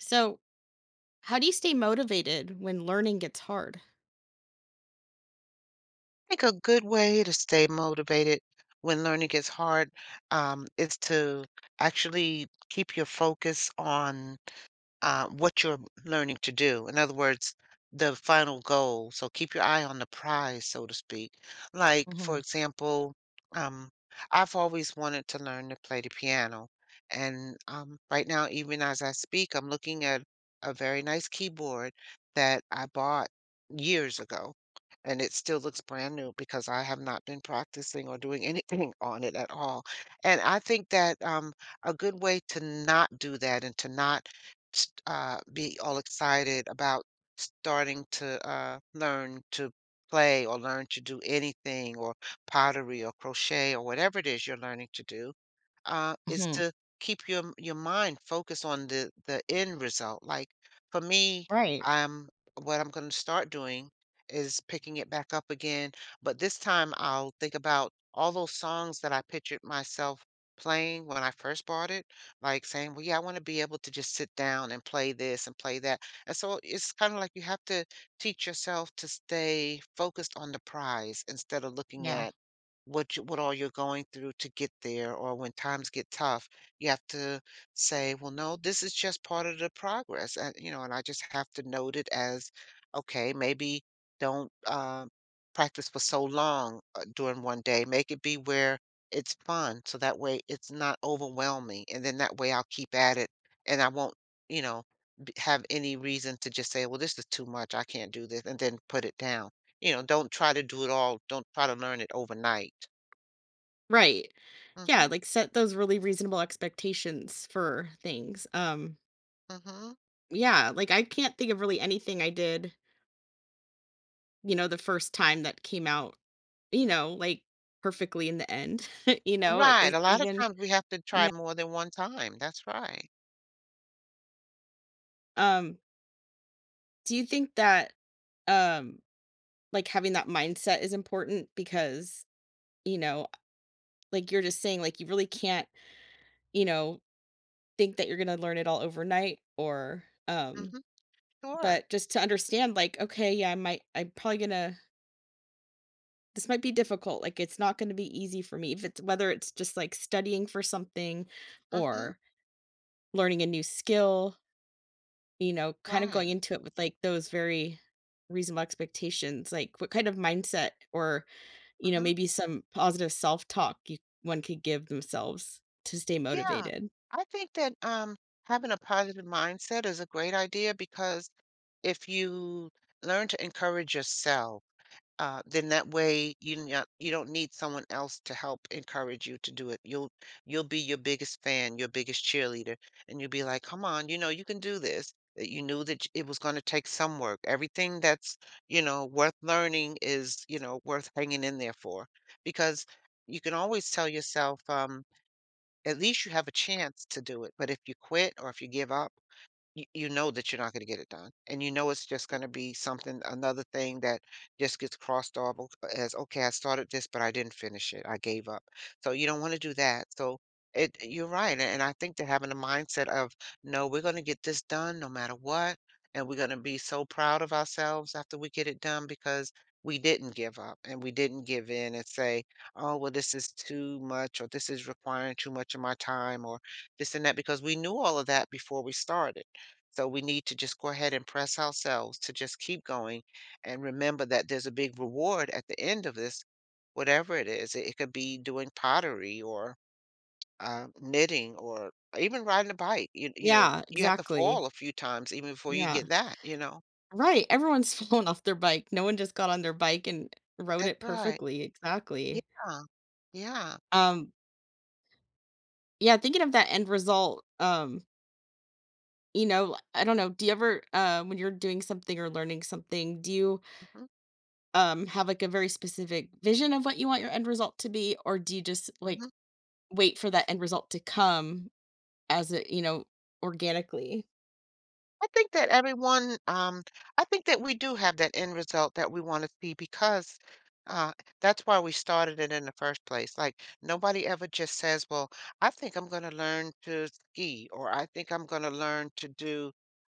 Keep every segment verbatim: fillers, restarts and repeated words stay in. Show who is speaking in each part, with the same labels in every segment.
Speaker 1: So, how do you stay motivated when learning gets hard?
Speaker 2: Think a good way to stay motivated when learning is hard, um, is to actually keep your focus on uh, what you're learning to do. In other words, the final goal. So keep your eye on the prize, so to speak. Like, for
Speaker 1: hmm
Speaker 2: example, um, I've always wanted to learn to play the piano. And um, right now, even as I speak, I'm looking at a very nice keyboard that I bought years ago. And it still looks brand new because I have not been practicing or doing anything on it at all. And I think that um, a good way to not do that and to not s- uh, be all excited about starting to uh, learn to play or learn to do anything or pottery or crochet or whatever it is you're learning to do, uh, is
Speaker 1: hmm
Speaker 2: to keep your m- your mind focused on the the end result. Like for me,
Speaker 1: Right.
Speaker 2: I'm what I'm going to start doing is picking it back up again, but this time I'll think about all those songs that I pictured myself playing when I first bought it, like saying, "Well, yeah, I want to be able to just sit down and play this and play that." And so it's kind of like you have to teach yourself to stay focused on the prize instead of looking
Speaker 1: Yeah.
Speaker 2: at what you what all you're going through to get there, or when times get tough, you have to say, "Well, no, this is just part of the progress," and, you know, and I just have to note it as, okay, maybe don't, uh, practice for so long, uh, during one day, make it be where it's fun, so that way it's not overwhelming, and then that way I'll keep at it, and I won't, you know, b have any reason to just say, "Well, this is too much, I can't do this," and then put it down. You know, don't try to do it all. Don't try to learn it overnight.
Speaker 1: Right.
Speaker 2: Mm.
Speaker 1: Yeah,
Speaker 2: Mhm.
Speaker 1: like set those really reasonable expectations for things. Um
Speaker 2: Mm. Mhm.
Speaker 1: yeah, like I can't think of really anything I did, you know, the first time that came out, you know, like perfectly in the end, you know,
Speaker 2: Right,
Speaker 1: is-
Speaker 2: a lot of
Speaker 1: even
Speaker 2: times we have to try
Speaker 1: yeah.
Speaker 2: more than one time. That's right.
Speaker 1: um do you think that um like having that mindset is important because, you know, like you're just saying like you really can't, you know, think that you're gonna learn it all overnight or
Speaker 2: Mm.
Speaker 1: um
Speaker 2: Mhm. Sure.
Speaker 1: But just to understand like, okay, yeah, i might I'm probably gonna, this might be difficult, like it's not going to be easy for me, if it's, whether it's just like studying for something
Speaker 2: Mm. Mhm.
Speaker 1: or learning a new skill, you know, kind of
Speaker 2: Right.
Speaker 1: going
Speaker 2: Mm.
Speaker 1: into it with like those very reasonable expectations. Like what kind of mindset, or, you know,
Speaker 2: Mhm.
Speaker 1: maybe some positive self-talk you one could give themselves to stay
Speaker 2: Yeah.
Speaker 1: motivated?
Speaker 2: I think that, um, having a positive mindset is a great idea because if you learn to encourage yourself. Uh, then that way you not you don't need someone else to help encourage you to do it. You'll you'll be your biggest fan, your biggest cheerleader, and you'll be like, "Come on, you know you can do this." That you knew that it was going to take some work. Everything that's you know worth learning is you know worth hanging in there for, because you can always tell yourself, um, at least you have a chance to do it. But if you quit or if you give up, you, you know that you're not going to get it done. And you know it's just going to be something, another thing that just gets crossed off o- as, okay, I started this, but I didn't finish it. I gave up. So you don't want to do that. So it, you're right. And and I think that having a mindset of, no, we're going to get this done no matter what. And we're going to be so proud of ourselves after we get it done because we didn't give up and we didn't give in and say, oh, well, this is too much or this is requiring too much of my time or this and that because we knew all of that before we started, so we need to just go ahead and press ourselves to just keep going and remember that there's a big reward at the end of this, whatever it is. It, it could be doing pottery or uh, knitting or even riding a bike. You, you know,
Speaker 1: Yeah,
Speaker 2: you have to
Speaker 1: exactly.
Speaker 2: fall a few times even before you
Speaker 1: Yeah.
Speaker 2: get that, you know.
Speaker 1: Right, everyone's fallen off their bike. No one just got on their bike and rode
Speaker 2: That's
Speaker 1: it
Speaker 2: right.
Speaker 1: perfectly,
Speaker 2: Yeah.
Speaker 1: exactly.
Speaker 2: Yeah.
Speaker 1: Um, yeah, thinking of that end result, um, you know, I don't know, do you ever, uh, when you're doing something or learning something, do you, um, have, like, a very specific vision of what you want your end result to be, or do you just, like,
Speaker 2: hmm
Speaker 1: wait for that end result to come as it, you know, organically.
Speaker 2: I think that everyone, um, I think that we do have that end result that we want to see because, uh, that's why we started it in the first place. Like nobody ever just says, "Well, I think I'm going to learn to ski," or "I think I'm going to learn to do,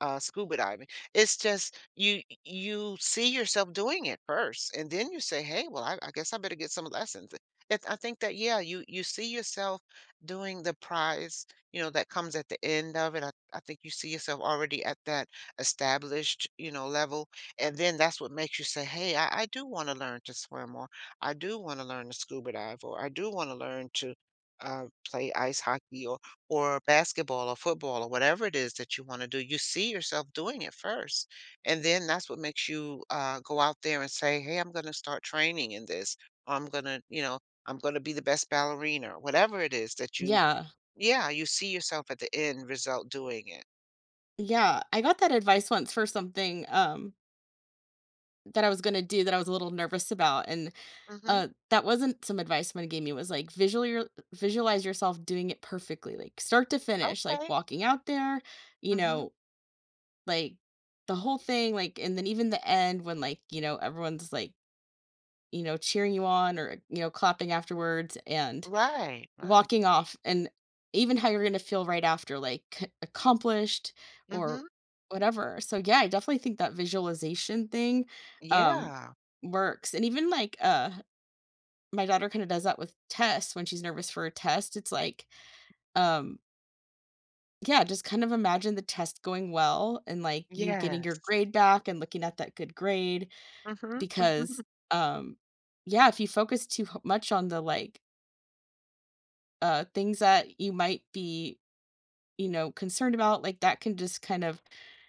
Speaker 2: uh, scuba diving." It's just you you see yourself doing it first, and then you say, "Hey, well, I, I guess I better get some lessons." It, I think that yeah, you you see yourself doing the prize you know, that comes at the end of it. I, I think you see yourself already at that established, you know, level. And then that's what makes you say, hey, I, I do want to learn to swim, or I do want to learn to scuba dive, or I do want to learn to, uh, play ice hockey or or basketball or football or whatever it is that you want to do. You see yourself doing it first. And then that's what makes you, uh, go out there and say, hey, I'm going to start training in this. Or I'm going to, you know, I'm going to be the best ballerina, or whatever it is that you
Speaker 1: Yeah.
Speaker 2: yeah, you see yourself at the end result doing it.
Speaker 1: Yeah, I got that advice once for something, um, that I was gonna do that I was a little nervous about, and,
Speaker 2: Mhm.
Speaker 1: uh, that wasn't some advice someone gave me, it was like, visually visualize, your visualize yourself doing it perfectly, like, start to finish, like,
Speaker 2: Okay.
Speaker 1: walking out there, you
Speaker 2: Mhm.
Speaker 1: know, like, the whole thing, like, and then even the end when, like, you know, everyone's, like, you know, cheering you on or, you know, clapping afterwards, and
Speaker 2: Right, right.
Speaker 1: walking off and even how you're gonna feel right after, like, c accomplished or
Speaker 2: Mhm.
Speaker 1: whatever. So, yeah, I definitely think that visualization thing, um,
Speaker 2: Yeah.
Speaker 1: works, and even, like, uh, my daughter kinda does that with tests when she's nervous for a test. It's like, um, yeah, just kind of imagine the test going well and, like, you getting your
Speaker 2: Yes.
Speaker 1: grade back and looking at that good grade
Speaker 2: Mhm,
Speaker 1: because,
Speaker 2: mhm,
Speaker 1: um, yeah, if you focus too h much on the, like, uh, things that you might be, you know, concerned about, like, that can just kind of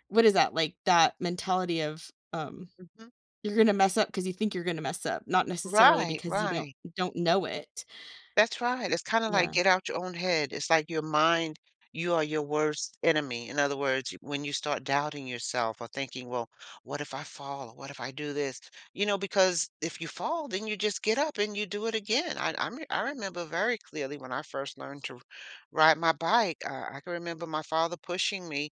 Speaker 1: what is that? Like, that mentality of, um,
Speaker 2: mhm.
Speaker 1: you're gonna mess up because you think you're gonna mess up, not necessarily
Speaker 2: Right,
Speaker 1: because you don't
Speaker 2: right.
Speaker 1: don't know it.
Speaker 2: That's right. It's kinda like
Speaker 1: Yeah.
Speaker 2: get out your own head. It's like your mind you are your worst enemy. In other words, when you start doubting yourself or thinking, "Well, what if I fall? Or what if I do this?" You know, because if you fall, then you just get up and you do it again. I i I remember very clearly when I first learned to ride my bike. uh, I can remember my father pushing me,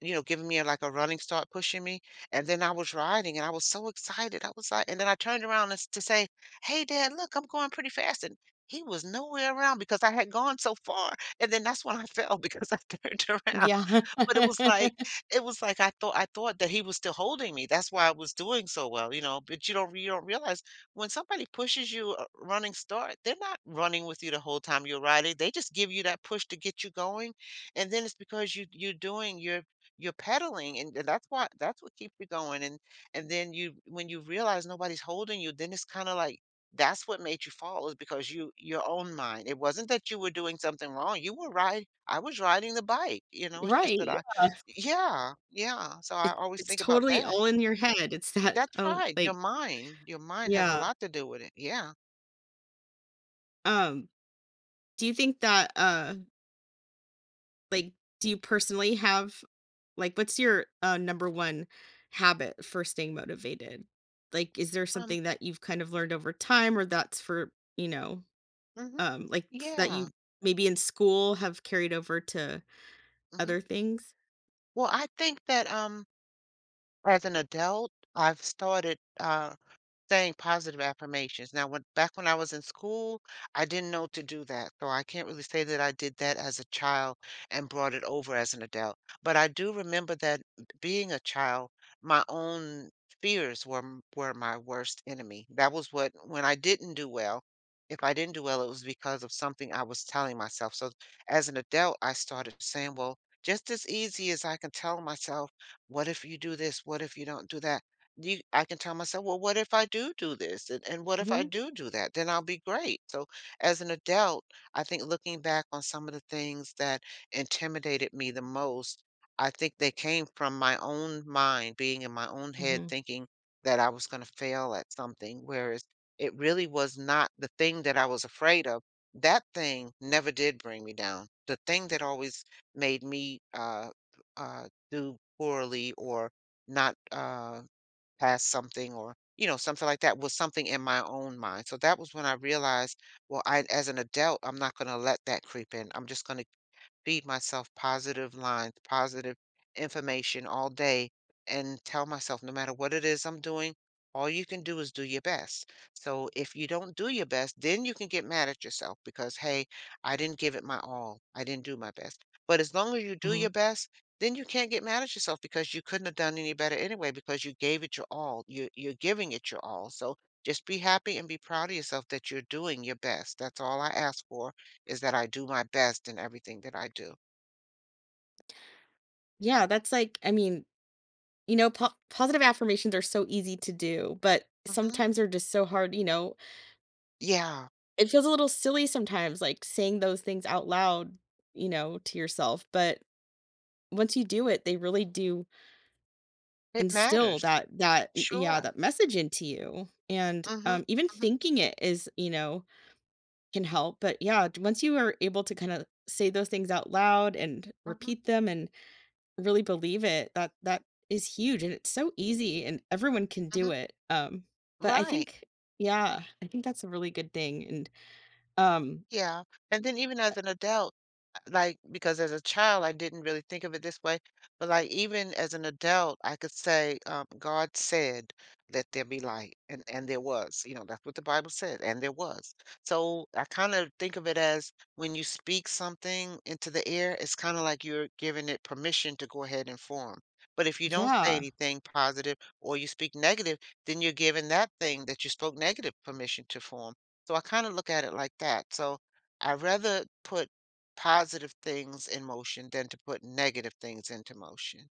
Speaker 2: you know, giving me, a, like, a running start, pushing me, and then I was riding, and I was so excited. I was like and then I turned around and s to say, "Hey, Dad, look, I'm going pretty fast," and he was nowhere around because I had gone so far, and then that's when I fell because I turned around.
Speaker 1: Yeah.
Speaker 2: But it was like it was like I thought I thought that he was still holding me. That's why I was doing so well, you know, but you don't you don't realize when somebody pushes you a running start, they're not running with you the whole time you're riding. They just give you that push to get you going, and then it's because you you're doing your you're pedaling, and and that's why that's what keeps you going, and and then you when you realize nobody's holding you, then it's kind of like that's what made you fall is because you your own mind. It wasn't that you were doing something wrong. You were right. I was riding the bike, you know, it's just
Speaker 1: Right,
Speaker 2: that I.
Speaker 1: yeah.
Speaker 2: Yeah, yeah. So I
Speaker 1: It
Speaker 2: always
Speaker 1: it's
Speaker 2: think about
Speaker 1: totally
Speaker 2: that.
Speaker 1: all in your head. It's that,
Speaker 2: That's
Speaker 1: oh,
Speaker 2: right. Your
Speaker 1: like
Speaker 2: mind, your mind has a
Speaker 1: yeah.
Speaker 2: lot to do with it. Yeah.
Speaker 1: Um, do you think that, uh like, do you personally have, like, what's your, uh, number one habit for staying motivated? Like, is there
Speaker 2: Um,
Speaker 1: something that you've kind of learned over time or that's for, you know,
Speaker 2: mhm.
Speaker 1: um, like, f that you
Speaker 2: Yeah,
Speaker 1: maybe in school have carried over to
Speaker 2: mhm.
Speaker 1: other things?
Speaker 2: Well, I think that, um, as an adult, I've started, uh Saying positive affirmations. Now, when back when I was in school, I didn't know to do that, so I can't really say that I did that as a child and brought it over as an adult. But I do remember that being a child, my own fears were m- were my worst enemy. That was what when I didn't do well, if I didn't do well, it was because of something I was telling myself. So as an adult, I started saying, well, just as easy as I can tell myself, what if you do this? What if you don't do that? You I can tell myself, "Well, what if I do do this? And, and what if I
Speaker 1: Mhm,
Speaker 2: do do that? Then I'll be great." So, as an adult, I think looking back on some of the things that intimidated me the most, I think they came from my own mind, being in my own head,
Speaker 1: mhm,
Speaker 2: thinking that I was going to fail at something, whereas it really was not the thing that I was afraid of. That thing never did bring me down. The thing that always made me, uh, uh, do poorly or not, uh, past something or you know something like that was something in my own mind. So that was when I realized, well, I as an adult, I'm not going to let that creep in. I'm just going to feed myself positive lines, positive information all day, and tell myself no matter what it is I'm doing, all you can do is do your best. So if you don't do your best, then you can get mad at yourself because, hey, I didn't give it my all. I didn't do my best. But as long as you do
Speaker 1: mhm.
Speaker 2: your best, then you can't get mad at yourself because you couldn't have done any better anyway because you gave it your all. You, you're giving it your all. So just be happy and be proud of yourself that you're doing your best. That's all I ask for is that I do my best in everything that I do.
Speaker 1: Yeah, that's like, I mean, you know, po positive affirmations are so easy to do, but
Speaker 2: Mhm.
Speaker 1: sometimes they're just so hard, you know?
Speaker 2: Yeah,
Speaker 1: It feels a little silly sometimes, like, saying those things out loud, you know, to yourself, but once you do it, they really do
Speaker 2: it
Speaker 1: instill
Speaker 2: matters.
Speaker 1: that that yeah,
Speaker 2: Sure.
Speaker 1: that message into you, and,
Speaker 2: Mhm.
Speaker 1: um, even
Speaker 2: Mhm.
Speaker 1: thinking it is, you know, can help, but yeah, d- once you are able to kinda say those things out loud and
Speaker 2: Mhm.
Speaker 1: repeat them and really believe it, that that is huge, and it's so easy, and everyone can do
Speaker 2: Mhm.
Speaker 1: it, um, but I
Speaker 2: Right.
Speaker 1: think yeah, I think that's a really good thing, and, um
Speaker 2: Yeah. And then even as an adult like, because as a child, I didn't really think of it this way, but like even as an adult, I could say, um, God said, "Let there be light," and and there was. You know, that's what the Bible said, and there was. So I kind of think of it as when you speak something into the air, it's kind of like you're giving it permission to go ahead and form. But if you don't say
Speaker 1: yeah.
Speaker 2: anything positive or you speak negative, then you're giving that thing that you spoke negative permission to form. So I kind of look at it like that. So I rather put positive things in motion than to put negative things into motion.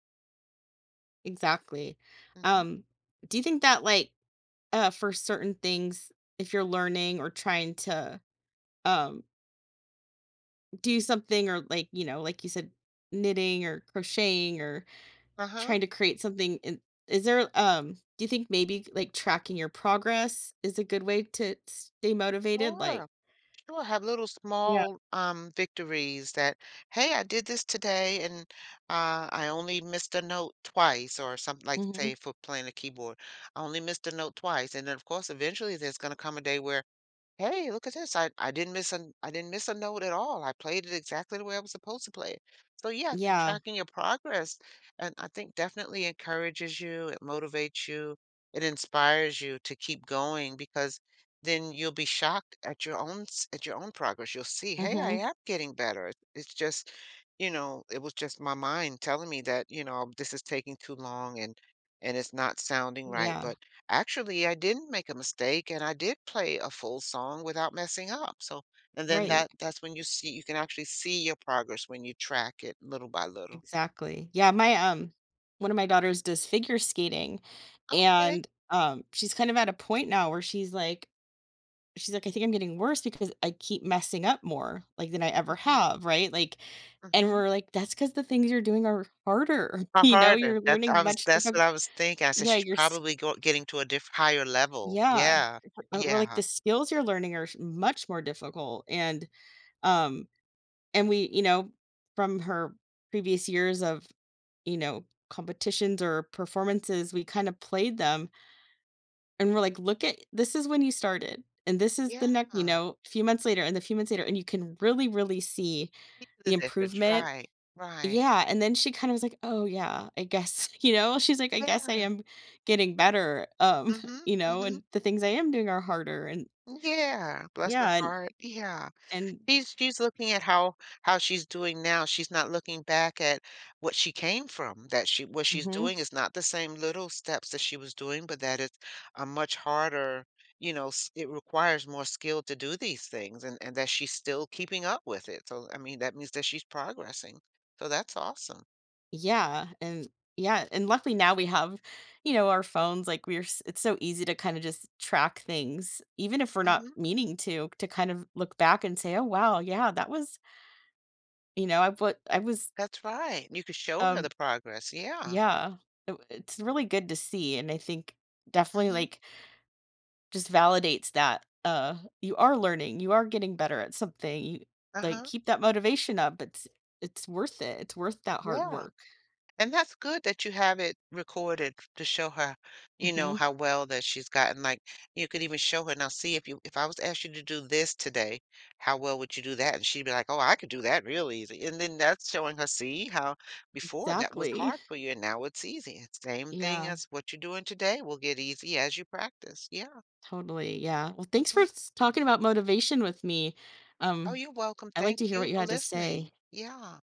Speaker 1: Exactly.
Speaker 2: Mhm.
Speaker 1: Um, do you think that like, uh, for certain things, if you're learning or trying to, um, do something or like, you know, like you said, knitting or crocheting or
Speaker 2: Uh-huh.
Speaker 1: trying to create something in, is there, um, do you think maybe like tracking your progress is a good way to stay motivated? Like
Speaker 2: Sure. Sure. Have little
Speaker 1: yeah.
Speaker 2: small um victories that, hey, I did this today and uh I only missed a note twice or something like
Speaker 1: Mhm.
Speaker 2: say for playing a keyboard. I only missed a note twice. And then of course eventually there's gonna come a day where, hey, look at this. I, I didn't miss a I didn't miss a note at all. I played it exactly the way I was supposed to play it. So yeah, I think
Speaker 1: Yeah.
Speaker 2: tracking your progress and I think definitely encourages you, it motivates you, it inspires you to keep going because then you'll be shocked at your own s- at your own progress. You'll see, hey, I
Speaker 1: Mhm.
Speaker 2: am getting better. It- It's just, you know, it was just my mind telling me that, you know, this is taking too long and and it's not sounding right,
Speaker 1: Yeah.
Speaker 2: but actually, I didn't make a mistake and I did play a full song without messing up. So, and then
Speaker 1: Right.
Speaker 2: that that's when you see you can actually see your progress when you track it little by little.
Speaker 1: Exactly. Yeah, my, um one of my daughters does figure skating,
Speaker 2: Okay.
Speaker 1: and, um, she's kind of at a point now where she's like she's like, "I think I'm getting worse because I keep messing up more, like, than I ever
Speaker 2: Mhm.
Speaker 1: have," right? Like, and
Speaker 2: Mhm.
Speaker 1: we're like, that's because the things you're doing are harder,
Speaker 2: How
Speaker 1: you know?
Speaker 2: harder.
Speaker 1: You're
Speaker 2: That's
Speaker 1: learning
Speaker 2: I was
Speaker 1: much
Speaker 2: that's
Speaker 1: difficult.
Speaker 2: what I was thinking. I said
Speaker 1: Yeah,
Speaker 2: she's
Speaker 1: you're s
Speaker 2: probably go getting to a diff higher level.
Speaker 1: yeah.
Speaker 2: Yeah.
Speaker 1: Uh, we're like,
Speaker 2: Yeah.
Speaker 1: "The skills you're learning are sh much more difficult," and, um and we, you know, from her previous years of, you know, competitions or performances, we kind of played them, and we're like, look at, this is when you started. And this is the
Speaker 2: Yeah.
Speaker 1: next, you know, a few months later and a few months later. And you can really, really see
Speaker 2: See
Speaker 1: the
Speaker 2: the difference.
Speaker 1: improvement.
Speaker 2: Right. Right.
Speaker 1: Yeah. And then she kind of was like, oh, yeah, I guess, you know, she's like, I guess I
Speaker 2: Yeah.
Speaker 1: am getting better. Um,
Speaker 2: Mhm.
Speaker 1: you know,
Speaker 2: Mhm.
Speaker 1: and the things I am doing are harder. And
Speaker 2: Yeah. Bless her
Speaker 1: yeah. And,
Speaker 2: heart. Yeah.
Speaker 1: and,
Speaker 2: She's she's looking at how how she's doing now. She's not looking back at what she came from, that she what she's doing is not the same little steps that she was doing, but that it's a much harder, you know, s it requires more skill to do these things and and that she's still keeping up with it. So, I mean, that means that she's progressing. So that's awesome.
Speaker 1: yeah, and yeah, and luckily now we have, you know, our phones, like, we're s it's so easy to kinda just track things, even if we're not
Speaker 2: Mhm.
Speaker 1: meaning to, to kind of look back and say, "Oh, wow, yeah, that was" you know, I what I was,
Speaker 2: That's right. You could show her
Speaker 1: um
Speaker 2: the progress. Yeah.
Speaker 1: yeah, it it's really good to see, and I think definitely,
Speaker 2: Mhm.
Speaker 1: like, just validates that, uh, you are learning, you are getting better at something, you like,
Speaker 2: Uh-huh.
Speaker 1: keep that motivation up, it's it's worth it, it's worth that hard
Speaker 2: Yeah.
Speaker 1: work.
Speaker 2: And that's good that you have it recorded to show her, you know,
Speaker 1: Mhm,
Speaker 2: how well that she's gotten. Like, you could even show her, "Now see if you if I was asked you to do this today, how well would you do that?" And she'd be like, "Oh, I could do that real easy." And then that's showing her, "See how before that was
Speaker 1: exactly,
Speaker 2: hard for you and now it's easy." And same thing
Speaker 1: yeah.
Speaker 2: as what you're doing today will get easy as you practice. Yeah.
Speaker 1: Totally, yeah. Well, thanks for
Speaker 2: Hmm.
Speaker 1: s talking about motivation with me.
Speaker 2: Oh,
Speaker 1: Um,
Speaker 2: you're welcome.
Speaker 1: I like
Speaker 2: Thank
Speaker 1: to hear
Speaker 2: you
Speaker 1: what you
Speaker 2: for
Speaker 1: had to
Speaker 2: listening.
Speaker 1: say.
Speaker 2: Yeah.